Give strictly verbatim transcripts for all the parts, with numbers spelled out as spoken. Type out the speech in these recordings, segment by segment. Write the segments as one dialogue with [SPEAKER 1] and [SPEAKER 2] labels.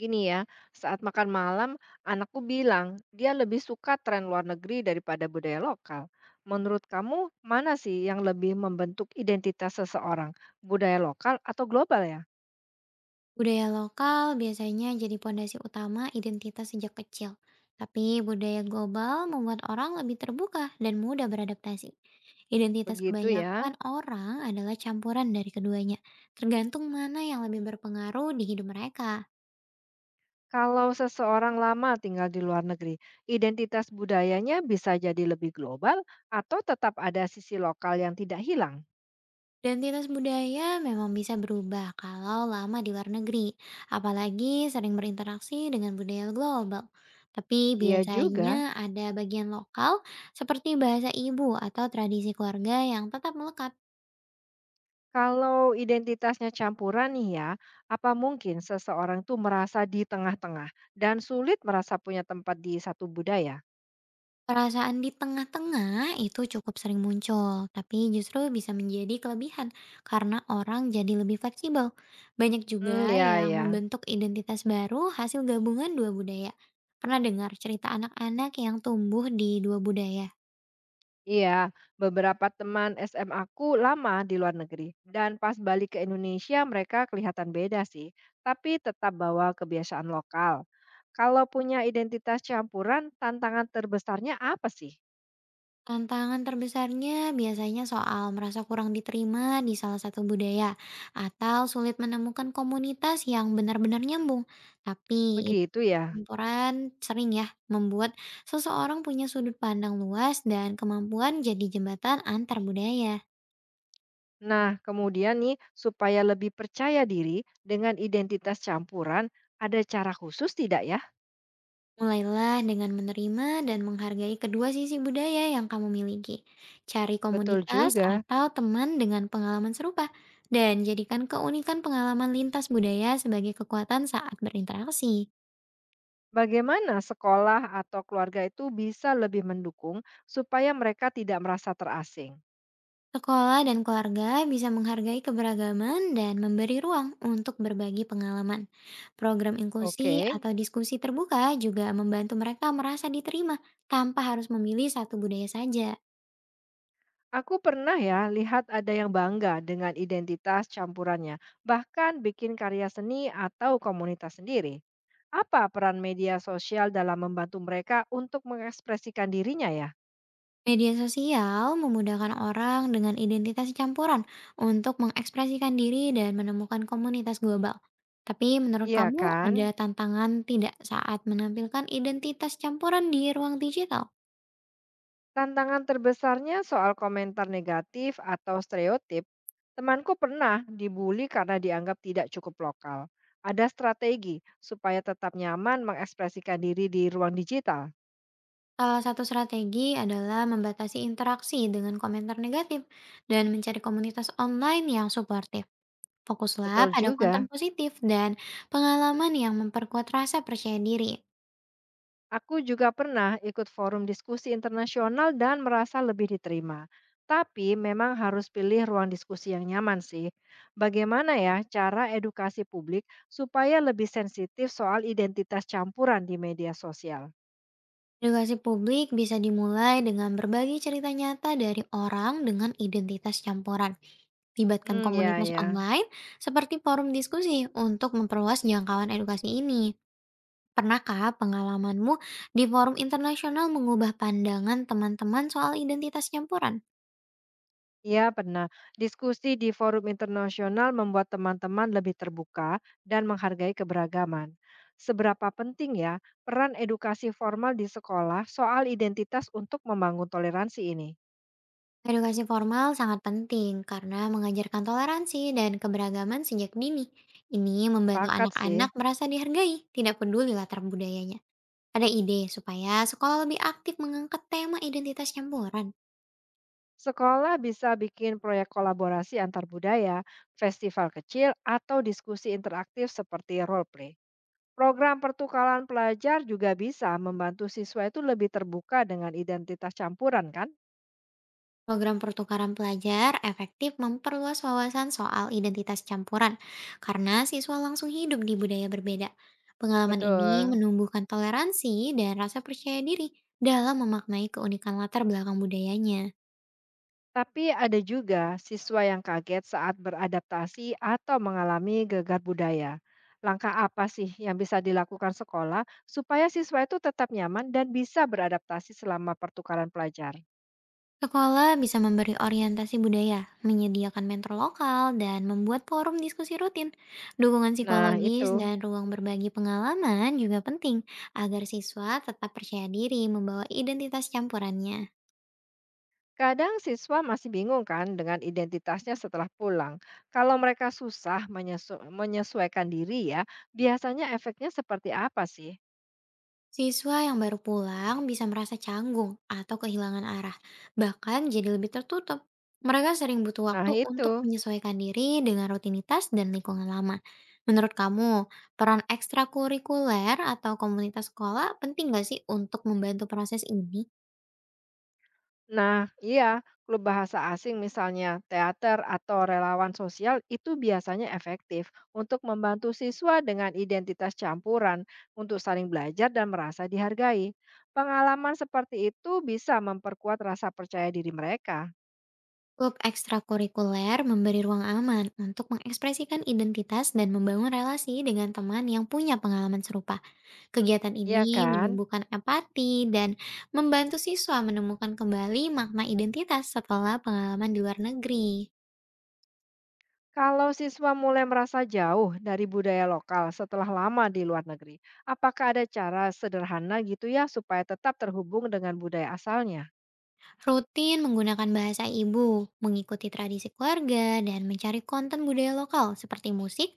[SPEAKER 1] Gini ya, saat makan malam, anakku bilang dia lebih suka tren luar negeri daripada budaya lokal. Menurut kamu, mana sih yang lebih membentuk identitas seseorang? Budaya lokal atau global ya?
[SPEAKER 2] Budaya lokal biasanya jadi pondasi utama identitas sejak kecil, tapi budaya global membuat orang lebih terbuka dan mudah beradaptasi. Identitas
[SPEAKER 1] Begitu
[SPEAKER 2] kebanyakan
[SPEAKER 1] ya.
[SPEAKER 2] orang adalah campuran dari keduanya, tergantung mana yang lebih berpengaruh di hidup mereka.
[SPEAKER 1] Kalau seseorang lama tinggal di luar negeri, identitas budayanya bisa jadi lebih global atau tetap ada sisi lokal yang tidak hilang?
[SPEAKER 2] Identitas budaya memang bisa berubah kalau lama di luar negeri, apalagi sering berinteraksi dengan budaya global. Tapi
[SPEAKER 1] Iya
[SPEAKER 2] biasanya
[SPEAKER 1] juga.
[SPEAKER 2] ada bagian lokal seperti bahasa ibu atau tradisi keluarga yang tetap melekat.
[SPEAKER 1] Kalau identitasnya campuran nih ya, apa mungkin seseorang tuh merasa di tengah-tengah dan sulit merasa punya tempat di satu budaya?
[SPEAKER 2] Perasaan di tengah-tengah itu cukup sering muncul, tapi justru bisa menjadi kelebihan karena orang jadi lebih fleksibel. Banyak
[SPEAKER 1] Hmm,
[SPEAKER 2] juga
[SPEAKER 1] ya,
[SPEAKER 2] yang
[SPEAKER 1] ya.
[SPEAKER 2] membentuk identitas baru hasil gabungan dua budaya. Pernah dengar cerita anak-anak yang tumbuh di dua budaya?
[SPEAKER 1] Iya, beberapa teman S M aku lama di luar negeri dan pas balik ke Indonesia mereka kelihatan beda sih, tapi tetap bawa kebiasaan lokal. Kalau punya identitas campuran, tantangan terbesarnya apa sih?
[SPEAKER 2] Tantangan terbesarnya biasanya soal merasa kurang diterima di salah satu budaya atau sulit menemukan komunitas yang benar-benar nyambung. Tapi.
[SPEAKER 1] Begitu ya.
[SPEAKER 2] Campuran sering ya membuat seseorang punya sudut pandang luas dan kemampuan jadi jembatan antar budaya.
[SPEAKER 1] Nah, kemudian nih, supaya lebih percaya diri dengan identitas campuran, ada cara khusus tidak ya?
[SPEAKER 2] Mulailah dengan menerima dan menghargai kedua sisi budaya yang kamu miliki. Cari
[SPEAKER 1] Betul
[SPEAKER 2] komunitas
[SPEAKER 1] juga.
[SPEAKER 2] atau teman dengan pengalaman serupa, dan jadikan keunikan pengalaman lintas budaya sebagai kekuatan saat berinteraksi.
[SPEAKER 1] Bagaimana sekolah atau keluarga itu bisa lebih mendukung supaya mereka tidak merasa terasing?
[SPEAKER 2] Sekolah dan keluarga bisa menghargai keberagaman dan memberi ruang untuk berbagi pengalaman. Program
[SPEAKER 1] Oke,
[SPEAKER 2] inklusi atau diskusi terbuka juga membantu mereka merasa diterima tanpa harus memilih satu budaya saja.
[SPEAKER 1] aku pernah ya lihat ada yang bangga dengan identitas campurannya, bahkan bikin karya seni atau komunitas sendiri. Apa peran media sosial dalam membantu mereka untuk mengekspresikan dirinya ya?
[SPEAKER 2] Media sosial memudahkan orang dengan identitas campuran untuk mengekspresikan diri dan menemukan komunitas global. Tapi menurut
[SPEAKER 1] Iya
[SPEAKER 2] kamu, ada
[SPEAKER 1] kan?
[SPEAKER 2] tantangan tidak saat menampilkan identitas campuran di ruang digital?
[SPEAKER 1] Tantangan terbesarnya soal komentar negatif atau stereotip, temanku pernah dibully karena dianggap tidak cukup lokal. Ada strategi supaya tetap nyaman mengekspresikan diri di ruang digital.
[SPEAKER 2] Salah satu strategi adalah membatasi interaksi dengan komentar negatif dan mencari komunitas online yang suportif. Fokuslah
[SPEAKER 1] Betul
[SPEAKER 2] pada konten
[SPEAKER 1] juga.
[SPEAKER 2] positif dan pengalaman yang memperkuat rasa percaya diri.
[SPEAKER 1] Aku juga pernah ikut forum diskusi internasional dan merasa lebih diterima. Tapi memang harus pilih ruang diskusi yang nyaman sih. Bagaimana ya cara edukasi publik supaya lebih sensitif soal identitas campuran di media sosial?
[SPEAKER 2] Edukasi publik bisa dimulai dengan berbagi cerita nyata dari orang dengan identitas campuran. Libatkan
[SPEAKER 1] Hmm ya
[SPEAKER 2] komunitas
[SPEAKER 1] ya.
[SPEAKER 2] online seperti forum diskusi untuk memperluas jangkauan edukasi ini. Pernahkah pengalamanmu di forum internasional mengubah pandangan teman-teman soal identitas campuran?
[SPEAKER 1] Iya pernah. Diskusi di forum internasional membuat teman-teman lebih terbuka dan menghargai keberagaman. Seberapa penting ya peran edukasi formal di sekolah soal identitas untuk membangun toleransi ini?
[SPEAKER 2] Edukasi formal sangat penting karena mengajarkan toleransi dan keberagaman sejak dini. Ini membantu
[SPEAKER 1] Sepakat sih.
[SPEAKER 2] anak-anak merasa dihargai, tidak peduli latar budayanya. Ada ide supaya sekolah lebih aktif mengangkat tema identitas campuran?
[SPEAKER 1] Sekolah bisa bikin proyek kolaborasi antar budaya, festival kecil, atau diskusi interaktif seperti role play. Program pertukaran pelajar juga bisa membantu siswa itu lebih terbuka dengan identitas campuran kan?
[SPEAKER 2] Program pertukaran pelajar efektif memperluas wawasan soal identitas campuran karena siswa langsung hidup di budaya berbeda. Pengalaman ini
[SPEAKER 1] Betul.
[SPEAKER 2] menumbuhkan toleransi dan rasa percaya diri dalam memaknai keunikan latar belakang budayanya.
[SPEAKER 1] Tapi ada juga siswa yang kaget saat beradaptasi atau mengalami gegar budaya. Langkah apa sih yang bisa dilakukan sekolah supaya siswa itu tetap nyaman dan bisa beradaptasi selama pertukaran pelajar?
[SPEAKER 2] Sekolah bisa memberi orientasi budaya, menyediakan mentor lokal, dan membuat forum diskusi rutin. Dukungan
[SPEAKER 1] Nah,
[SPEAKER 2] psikologis
[SPEAKER 1] itu.
[SPEAKER 2] dan ruang berbagi pengalaman juga penting agar siswa tetap percaya diri membawa identitas campurannya.
[SPEAKER 1] Kadang siswa masih bingung kan dengan identitasnya setelah pulang. Kalau mereka susah menyesu- menyesuaikan diri ya, biasanya efeknya seperti apa sih?
[SPEAKER 2] Siswa yang baru pulang bisa merasa canggung atau kehilangan arah, bahkan jadi lebih tertutup. Mereka sering butuh
[SPEAKER 1] Nah,
[SPEAKER 2] waktu untuk
[SPEAKER 1] itu.
[SPEAKER 2] menyesuaikan diri dengan rutinitas dan lingkungan lama. Menurut kamu, peran ekstrakurikuler atau komunitas sekolah penting nggak sih untuk membantu proses ini?
[SPEAKER 1] Nah, iya, klub bahasa asing misalnya teater atau relawan sosial itu biasanya efektif untuk membantu siswa dengan identitas campuran untuk saling belajar dan merasa dihargai. Pengalaman seperti itu bisa memperkuat rasa percaya diri mereka.
[SPEAKER 2] Klub ekstrakurikuler memberi ruang aman untuk mengekspresikan identitas dan membangun relasi dengan teman yang punya pengalaman serupa. Kegiatan ini
[SPEAKER 1] Iya kan?
[SPEAKER 2] menumbuhkan empati dan membantu siswa menemukan kembali makna identitas setelah pengalaman di luar negeri.
[SPEAKER 1] Kalau siswa mulai merasa jauh dari budaya lokal setelah lama di luar negeri, apakah ada cara sederhana gitu ya supaya tetap terhubung dengan budaya asalnya?
[SPEAKER 2] Rutin menggunakan bahasa ibu, mengikuti tradisi keluarga, dan mencari konten budaya lokal seperti musik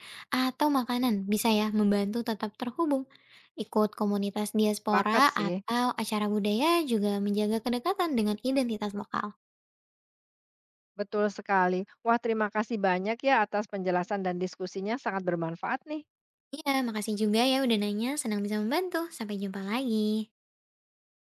[SPEAKER 2] atau makanan bisa ya membantu tetap terhubung. Ikut komunitas diaspora
[SPEAKER 1] Sepakat sih.
[SPEAKER 2] atau acara budaya juga menjaga kedekatan dengan identitas lokal.
[SPEAKER 1] Betul sekali. Wah, terima kasih banyak ya atas penjelasan dan diskusinya sangat bermanfaat nih.
[SPEAKER 2] Iya, makasih juga ya udah nanya, senang bisa membantu. Sampai jumpa lagi.